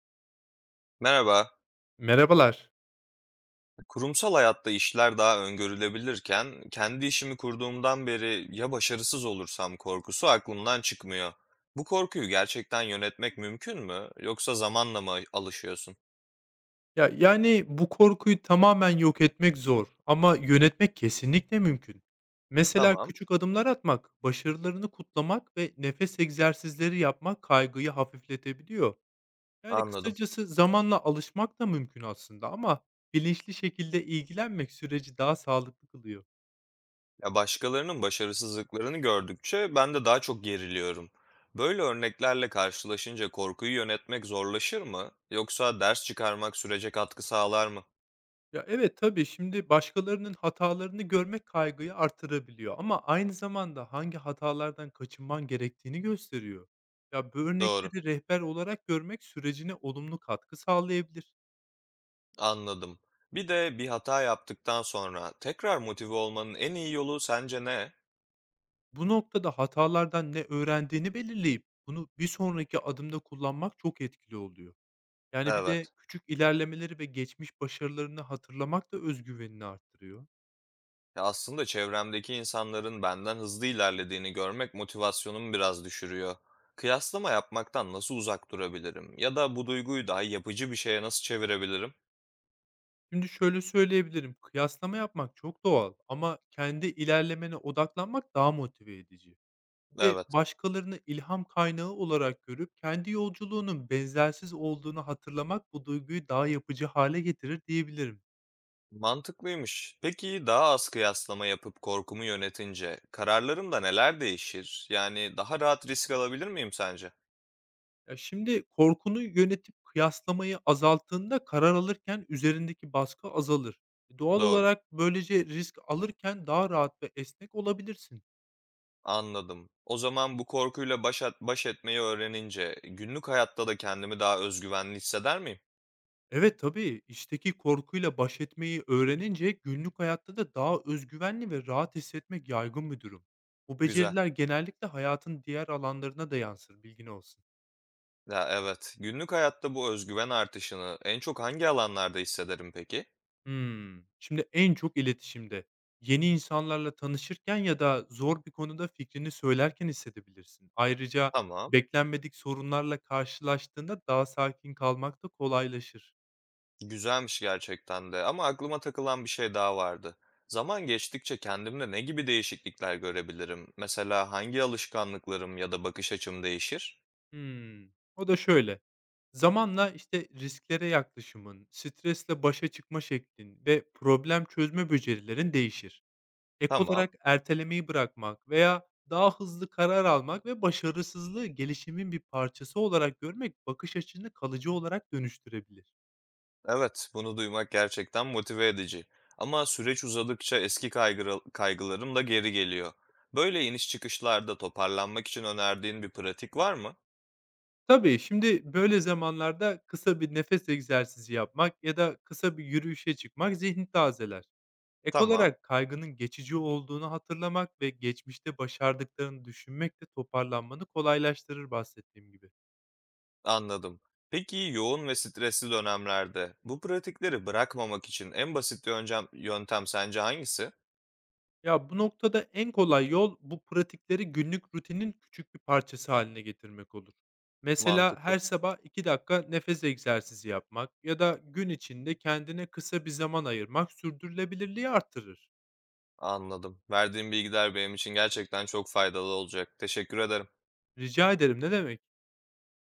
Merhaba. Merhabalar. Kurumsal hayatta işler daha öngörülebilirken, kendi işimi kurduğumdan beri ya başarısız olursam korkusu aklımdan çıkmıyor. Bu korkuyu gerçekten yönetmek mümkün mü? Yoksa zamanla mı alışıyorsun? Ya yani bu korkuyu tamamen yok etmek zor ama yönetmek kesinlikle mümkün. Mesela Tamam, küçük adımlar atmak, başarılarını kutlamak ve nefes egzersizleri yapmak kaygıyı hafifletebiliyor. Yani anladım. kısacası zamanla alışmak da mümkün aslında ama bilinçli şekilde ilgilenmek süreci daha sağlıklı kılıyor. Ya başkalarının başarısızlıklarını gördükçe ben de daha çok geriliyorum. Böyle örneklerle karşılaşınca korkuyu yönetmek zorlaşır mı? Yoksa ders çıkarmak sürece katkı sağlar mı? Ya, evet, tabii. Şimdi başkalarının hatalarını görmek kaygıyı artırabiliyor ama aynı zamanda hangi hatalardan kaçınman gerektiğini gösteriyor. Ya, bu Doğru. örnekleri rehber olarak görmek sürecine olumlu katkı sağlayabilir. Anladım. Bir de bir hata yaptıktan sonra tekrar motive olmanın en iyi yolu sence ne? Bu noktada hatalardan ne öğrendiğini belirleyip bunu bir sonraki adımda kullanmak çok etkili oluyor. Yani bir de Evet. küçük ilerlemeleri ve geçmiş başarılarını hatırlamak da güvenini arttırıyor. Ya aslında çevremdeki insanların benden hızlı ilerlediğini görmek motivasyonumu biraz düşürüyor. Kıyaslama yapmaktan nasıl uzak durabilirim? Ya da bu duyguyu daha yapıcı bir şeye nasıl çevirebilirim? Şimdi şöyle söyleyebilirim, kıyaslama yapmak çok doğal ama kendi ilerlemene odaklanmak daha motive edici. Bir de Evet. başkalarını ilham kaynağı olarak görüp kendi yolculuğunun benzersiz olduğunu hatırlamak bu duyguyu daha yapıcı hale getirir diyebilirim. Mantıklıymış. Peki daha az kıyaslama yapıp korkumu yönetince kararlarımda neler değişir? Yani daha rahat risk alabilir miyim sence? Ya şimdi korkunu yönetip kıyaslamayı azalttığında karar alırken üzerindeki baskı azalır. Doğal Doğru. olarak böylece risk alırken daha rahat ve esnek olabilirsin. Anladım. O zaman bu korkuyla baş etmeyi öğrenince günlük hayatta da kendimi daha özgüvenli hisseder miyim? Evet, tabii. işteki korkuyla baş etmeyi öğrenince günlük hayatta da daha özgüvenli ve rahat hissetmek yaygın bir durum. Bu Güzel. beceriler genellikle hayatın diğer alanlarına da yansır, bilgin olsun. Ya, evet. Günlük hayatta bu özgüven artışını en çok hangi alanlarda hissederim peki? Şimdi en çok iletişimde, yeni insanlarla tanışırken ya da zor bir konuda fikrini söylerken hissedebilirsin. Ayrıca Tamam. beklenmedik sorunlarla karşılaştığında daha sakin kalmak da kolaylaşır. Güzelmiş gerçekten de ama aklıma takılan bir şey daha vardı. Zaman geçtikçe kendimde ne gibi değişiklikler görebilirim? Mesela hangi alışkanlıklarım ya da bakış açım değişir? Hımm. O da şöyle: zamanla, işte, risklere yaklaşımın, stresle başa çıkma şeklin ve problem çözme becerilerin değişir. Ek Tamam. olarak ertelemeyi bırakmak veya daha hızlı karar almak ve başarısızlığı gelişimin bir parçası olarak görmek bakış açını kalıcı olarak dönüştürebilir. Evet, bunu duymak gerçekten motive edici. Ama süreç uzadıkça eski kaygılarım da geri geliyor. Böyle iniş çıkışlarda toparlanmak için önerdiğin bir pratik var mı? Tabii, şimdi böyle zamanlarda kısa bir nefes egzersizi yapmak ya da kısa bir yürüyüşe çıkmak zihni tazeler. Ek Tamam, olarak kaygının geçici olduğunu hatırlamak ve geçmişte başardıklarını düşünmek de toparlanmanı kolaylaştırır bahsettiğim gibi. anladım. Peki yoğun ve stresli dönemlerde bu pratikleri bırakmamak için en basit yöntem sence hangisi? Ya bu noktada en kolay yol bu pratikleri günlük rutinin küçük bir parçası haline getirmek olur. Mesela Mantıklı. her sabah 2 dakika nefes egzersizi yapmak ya da gün içinde kendine kısa bir zaman ayırmak sürdürülebilirliği artırır. Anladım. Verdiğin bilgiler benim için gerçekten çok faydalı olacak. Teşekkür ederim. Rica ederim ne demek?